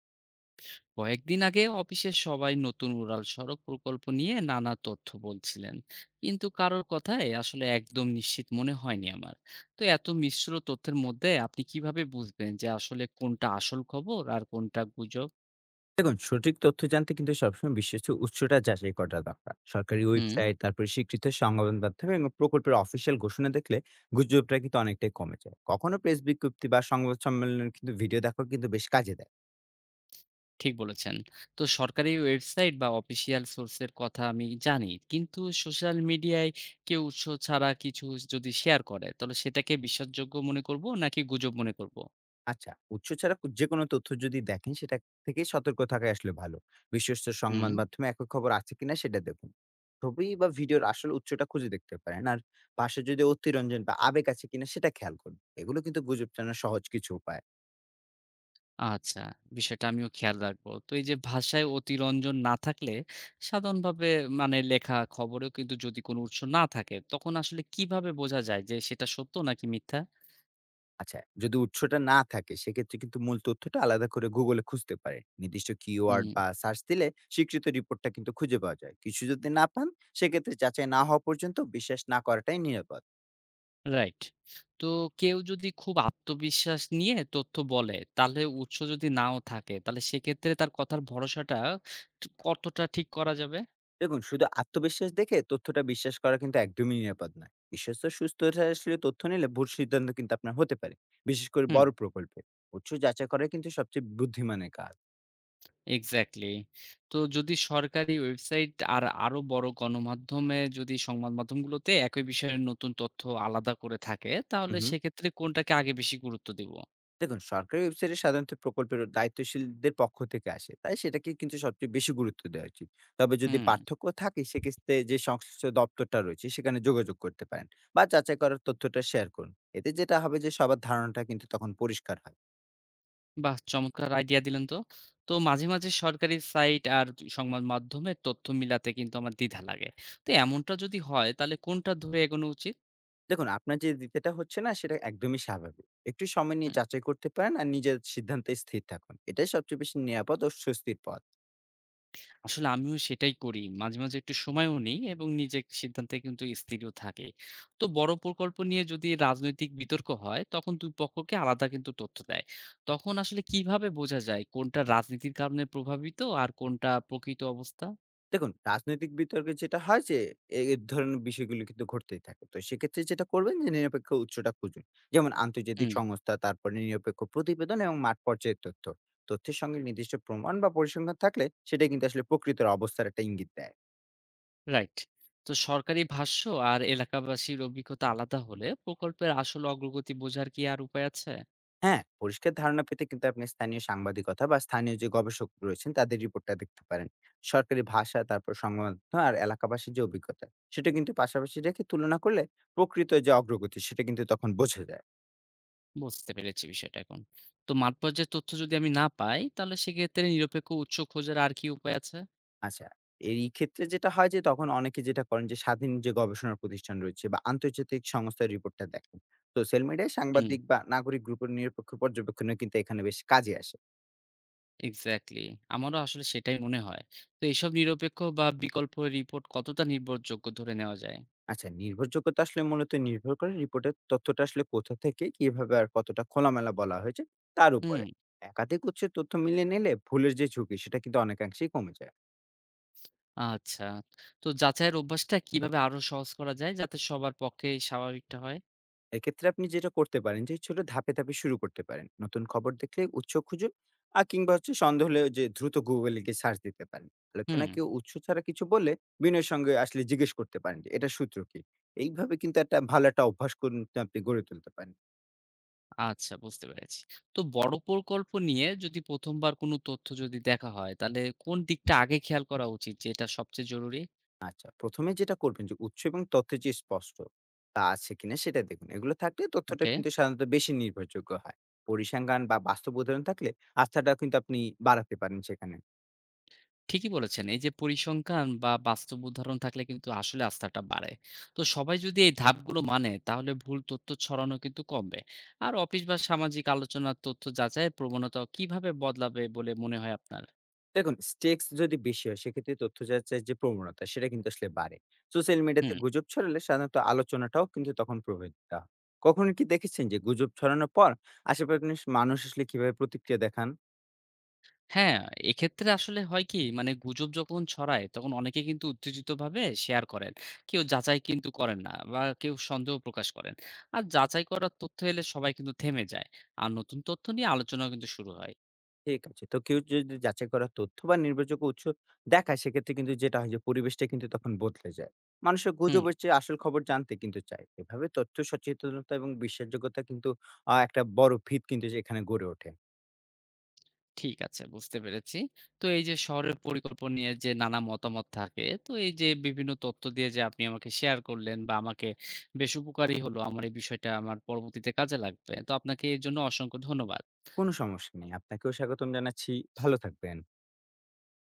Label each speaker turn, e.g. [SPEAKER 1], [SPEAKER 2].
[SPEAKER 1] কয়েকদিন আগে অফিসের সবাই নতুন উড়াল সড়ক প্রকল্প নিয়ে নানা তথ্য বলছিলেন। কিন্তু কারোর কথায় আসলে একদম নিশ্চিত মনে হয়নি আমার। তো এত মিশ্র তথ্যের মধ্যে আপনি কিভাবে বুঝবেন যে আসলে কোনটা আসল খবর আর কোনটা গুজব?
[SPEAKER 2] দেখুন, সঠিক তথ্য জানতে কিন্তু সবসময় বিশ্বস্ত উৎসটা যাচাই করা দরকার। সরকারি
[SPEAKER 1] হুম,
[SPEAKER 2] ওয়েবসাইট, তারপরে স্বীকৃত সংবাদ মাধ্যম এবং প্রকল্পের অফিসিয়াল ঘোষণা দেখলে গুজবটা কিন্তু অনেকটাই কমে যায়। কখনো প্রেস বিজ্ঞপ্তি বা সংবাদ সম্মেলনের কিন্তু ভিডিও দেখা কিন্তু বেশ কাজে দেয়।
[SPEAKER 1] ঠিক বলেছেন। তো সরকারি ওয়েবসাইট বা অফিসিয়াল সোর্সের কথা আমি জানি, কিন্তু সোশ্যাল মিডিয়ায় কেউ উৎস ছাড়া কিছু যদি শেয়ার করে তাহলে সেটাকে বিশ্বাসযোগ্য মনে করব নাকি গুজব মনে করব?
[SPEAKER 2] আচ্ছা, উৎস ছাড়া যে কোনো তথ্য যদি দেখেন, সেটা থেকে সতর্ক থাকাই আসলে ভালো। বিশ্বস্ত সংবাদ
[SPEAKER 1] হুম,
[SPEAKER 2] মাধ্যমে একক খবর আছে কিনা সেটা দেখুন। ছবি বা ভিডিওর আসল উৎসটা খুঁজে দেখতে পারেন। আর ভাষা যদি অতিরঞ্জন বা আবেগ আছে কিনা সেটা খেয়াল করুন। এগুলো কিন্তু গুজব জানার সহজ কিছু উপায়।
[SPEAKER 1] আচ্ছা, বিষয়টা আমিও খেয়াল রাখবো। তো এই যে ভাষায় অতিরঞ্জন না থাকলে, সাধারণভাবে মানে লেখা খবরেও কিন্তু যদি কোনো উৎস না থাকে তখন আসলে কিভাবে বোঝা যায় যে সেটা সত্য নাকি মিথ্যা?
[SPEAKER 2] আচ্ছা, যদি উৎসটা না থাকে সেক্ষেত্রে কিন্তু মূল তথ্যটা আলাদা করে Google এ খুঁজতে পারেন। নির্দিষ্ট কিওয়ার্ড
[SPEAKER 1] হুম,
[SPEAKER 2] বা সার্চ দিলে স্বীকৃত রিপোর্টটা কিন্তু খুঁজে পাওয়া যায়। কিছু যদি না পান, সেক্ষেত্রে যাচাই না হওয়া পর্যন্ত বিশ্বাস না করাটাই নিরাপদ।
[SPEAKER 1] রাইট। তো কেউ যদি খুব আত্মবিশ্বাস নিয়ে তথ্য বলে তাহলে উৎস যদি নাও থাকে তাহলে সেক্ষেত্রে তার কথার ভরসাটা কতটা ঠিক করা যাবে?
[SPEAKER 2] দেখুন, শুধু আত্মবিশ্বাস দেখে তথ্যটা বিশ্বাস করা কিন্তু একদমই নিরাপদ নয়। বিশ্বস্ত সুস্থ আসলে তথ্য নিলে ভুল সিদ্ধান্ত কিন্তু আপনার হতে পারে। বিশেষ করে
[SPEAKER 1] হুম।
[SPEAKER 2] বড় প্রকল্পে। উৎস যাচাই করাই কিন্তু সবচেয়ে বুদ্ধিমানের কাজ।
[SPEAKER 1] এক্সাক্টলি। তো যদি সরকারি ওয়েবসাইট আর আরো বড় গণমাধ্যমে যদি সংবাদ মাধ্যমগুলোতে একই বিষয়ের নতুন তথ্য আলাদা করে থাকে,
[SPEAKER 2] হু,
[SPEAKER 1] তাহলে
[SPEAKER 2] হু।
[SPEAKER 1] সেক্ষেত্রে কোনটাকে আগে বেশি গুরুত্ব দিব?
[SPEAKER 2] দেখুন, সরকারি ওয়েবসাইটে সাধারণত প্রকল্পের দায়িত্বশীলদের পক্ষ থেকে আসে, তাই সেটাকে কিন্তু সবচেয়ে বেশি গুরুত্ব দেওয়া উচিত। তবে যদি
[SPEAKER 1] হুম।
[SPEAKER 2] পার্থক্য থাকে সেক্ষেত্রে যে সংশ্লিষ্ট দপ্তরটা রয়েছে সেখানে যোগাযোগ করতে পারেন বা যাচাই করার তথ্যটা শেয়ার করুন। এতে যেটা হবে যে সবার ধারণাটা কিন্তু তখন পরিষ্কার হয়।
[SPEAKER 1] বাহ! চমৎকার আইডিয়া দিলেন তো। তো মাঝে, মাঝে সরকারি সাইট আর সংবাদ মাধ্যমের তথ্য মিলাতে কিন্তু আমার দ্বিধা লাগে। তো এমনটা যদি হয় তাহলে কোনটা ধরে এগোনো উচিত?
[SPEAKER 2] দেখুন, আপনার যে দ্বিতীয়টা হচ্ছে না সেটা একদমই স্বাভাবিক। একটু সময় নিয়ে যাচাই করতে পারেন আর নিজের সিদ্ধান্তে স্থির থাকুন। এটাই সবচেয়ে বেশি নিরাপদ ও স্বস্তির পথ।
[SPEAKER 1] আসলে আমিও সেটাই করি। মাঝে, মাঝে একটু সময়ও নেই এবং নিজের সিদ্ধান্তে কিন্তু স্থিরও থাকি। তো বড় প্রকল্প নিয়ে যদি রাজনৈতিক বিতর্ক হয়, তখন ২ পক্ষকে আলাদা কিন্তু তথ্য দেয়। তখন আসলে কিভাবে বোঝা যায় কোনটা রাজনীতির কারণে প্রভাবিত আর কোনটা প্রকৃত অবস্থা?
[SPEAKER 2] দেখুন, রাজনৈতিক বিতর্কে যেটা হয় যে, এ এ ধরনের বিষয়গুলো কিন্তু ঘটতেই থাকে। তো সেক্ষেত্রে যেটা করবেন যে নিরপেক্ষ উৎসটা খুঁজুন। যেমন আন্তর্জাতিক
[SPEAKER 1] হুম,
[SPEAKER 2] সংস্থা, তারপরে নিরপেক্ষ প্রতিবেদন এবং মাঠ পর্যায়ের তথ্য। তথ্যের সঙ্গে নির্দিষ্ট প্রমাণ বা পরিসংখ্যান থাকলে সেটা কিন্তু আসলে প্রকৃত অবস্থার একটা ইঙ্গিত দেয়।
[SPEAKER 1] রাইট। তো সরকারি ভাষ্য আর এলাকাবাসীর অভিজ্ঞতা আলাদা হলে প্রকল্পের আসল অগ্রগতি বোঝার কি আর উপায় আছে?
[SPEAKER 2] হ্যাঁ, পরিষ্কার ধারণা পেতে কিন্তু আপনি স্থানীয় সাংবাদিকতা বা স্থানীয় যে গবেষক রয়েছেন তাদের রিপোর্টটা দেখতে পারেন। সরকারি ভাষা, তারপর সংবাদ মাধ্যম আর এলাকাবাসীর যে অভিজ্ঞতা, সেটা কিন্তু পাশাপাশি রেখে তুলনা করলে প্রকৃত যে অগ্রগতি সেটা কিন্তু তখন বোঝা যায়।
[SPEAKER 1] বুঝতে পেরেছি বিষয়টা এখন। তো মাঠ পর্যায়ের তথ্য যদি আমি না পাই, তাহলে সেক্ষেত্রে নিরপেক্ষ উৎস খোঁজার আর কি উপায় আছে?
[SPEAKER 2] আচ্ছা। এই ক্ষেত্রে যেটা হয় যে তখন অনেকে যেটা করেন যে স্বাধীন যে গবেষণা প্রতিষ্ঠান রয়েছে বা আন্তর্জাতিক সংস্থার রিপোর্টটা দেখেন। সোশ্যাল মিডিয়ায়
[SPEAKER 1] হুম,
[SPEAKER 2] সাংবাদিক বা নাগরিক গ্রুপের নিরপেক্ষ পর্যবেক্ষণও কিন্তু এখানে বেশ কাজে আসে।
[SPEAKER 1] এক্সাক্টলি। আমারও আসলে সেটাই মনে হয়। তো এসব নিরপেক্ষ বা বিকল্প রিপোর্ট কতটা নির্ভরযোগ্য ধরে নেওয়া যায়?
[SPEAKER 2] আচ্ছা, নির্ভরযোগ্যতা আসলে মূলত নির্ভর করে রিপোর্টের তথ্যটা আসলে কোথা থেকে, কিভাবে আর কতটা খোলামেলা বলা হয়েছে তার
[SPEAKER 1] হুম,
[SPEAKER 2] উপরে। একাধিক উৎসের তথ্য মিলিয়ে নিলে ভুলের যে ঝুঁকি সেটা কিন্তু অনেকাংশেই কমে যায়।
[SPEAKER 1] আচ্ছা। তো যাচাইয়ের অভ্যাসটা কিভাবে আরো সহজ করা যায় যাতে সবার পক্ষে স্বাভাবিকটা হয়?
[SPEAKER 2] এক্ষেত্রে আপনি যেটা করতে পারেন যে ছোট ধাপে ধাপে শুরু করতে পারেন। নতুন খবর দেখলে উৎস খুঁজুন। আর কিংবা হচ্ছে সন্দেহ হলে যে দ্রুত Google এ গিয়ে সার্চ দিতে পারেন।
[SPEAKER 1] হুম,
[SPEAKER 2] আলোচনায় কেউ উৎস ছাড়া কিছু বললে বিনয়ের সঙ্গে আসলে জিজ্ঞেস করতে পারেন যে এটার সূত্র কি? এইভাবে কিন্তু একটা ভালো একটা অভ্যাস কিন্তু আপনি গড়ে তুলতে পারেন।
[SPEAKER 1] আচ্ছা, বুঝতে পেরেছি। তো বড় প্রকল্প নিয়ে যদি ১ম বার কোনো তথ্য যদি দেখা হয়, তাহলে কোন দিকটা আগে খেয়াল করা উচিত যে এটা সবচেয়ে জরুরি?
[SPEAKER 2] আচ্ছা, ১ম এ যেটা করবেন যে উৎস এবং তথ্যের যে স্পষ্ট তা আছে কিনা সেটা দেখুন। এগুলো থাকলে তথ্যটা
[SPEAKER 1] ওকে।
[SPEAKER 2] কিন্তু সাধারণত বেশি নির্ভরযোগ্য হয়। পরিসংখ্যান বা বাস্তব উদাহরণ থাকলে আস্থাটা কিন্তু আপনি বাড়াতে পারেন সেখানে।
[SPEAKER 1] ঠিকই বলেছেন। এই যে পরিসংখ্যান বা বাস্তব উদাহরণ থাকলে কিন্তু আসলে আস্থাটা বাড়ে। তো সবাই যদি এই ধাপগুলো মানে তাহলে ভুল তথ্য ছড়ানো কিন্তু কমবে। আর অফিস বা সামাজিক আলোচনার তথ্য যাচাইয়ের প্রবণতা কিভাবে বদলাবে বলে মনে হয় আপনার?
[SPEAKER 2] দেখুন, স্টেক্স যদি বেশি হয় সেক্ষেত্রে তথ্য যাচাইয়ের যে প্রবণতা সেটা কিন্তু আসলে বাড়ে। সোশ্যাল মিডিয়াতে
[SPEAKER 1] হুম।
[SPEAKER 2] গুজব ছড়ালে সাধারণত আলোচনাটাও কিন্তু তখন প্রভাবিত হয়। কখনো কি দেখেছেন যে গুজব ছড়ানোর পর আশেপাশের মানুষ আসলে কিভাবে প্রতিক্রিয়া দেখান?
[SPEAKER 1] হ্যাঁ, এক্ষেত্রে আসলে হয় কি মানে গুজব যখন ছড়ায় তখন অনেকে কিন্তু উত্তেজিতভাবে শেয়ার করেন। কেউ যাচাই কিন্তু করেন না বা কেউ সন্দেহ প্রকাশ করেন। আর যাচাই করার তথ্য এলে সবাই কিন্তু থেমে যায়। আর নতুন তথ্য নিয়ে আলোচনাও কিন্তু শুরু হয়।
[SPEAKER 2] ঠিক আছে। তো কেউ যদি যাচাই করা তথ্য বা নির্ভরযোগ্য উৎস দেখায় সেক্ষেত্রে কিন্তু যেটা হয় যে পরিবেশটা কিন্তু তখন বদলে যায়। মানুষের
[SPEAKER 1] হুম।
[SPEAKER 2] গুজবের চেয়ে আসল খবর জানতে কিন্তু চায়। এভাবে তথ্য সচেতনতা এবং বিশ্বাসযোগ্যতা কিন্তু একটা বড় ভিত কিন্তু যে এখানে গড়ে ওঠে।
[SPEAKER 1] ঠিক আছে, বুঝতে পেরেছি। তো এই যে শহরের পরিকল্পনা নিয়ে যে নানা মতামত থাকে, তো এই যে বিভিন্ন তথ্য দিয়ে যে আপনি আমাকে শেয়ার করলেন বা আমাকে বেশ উপকারী হলো। আমার এই বিষয়টা আমার পরবর্তীতে কাজে লাগবে। তো আপনাকে এর জন্য অসংখ্য ধন্যবাদ।
[SPEAKER 2] কোনো সমস্যা নেই, আপনাকেও স্বাগতম জানাচ্ছি। ভালো থাকবেন।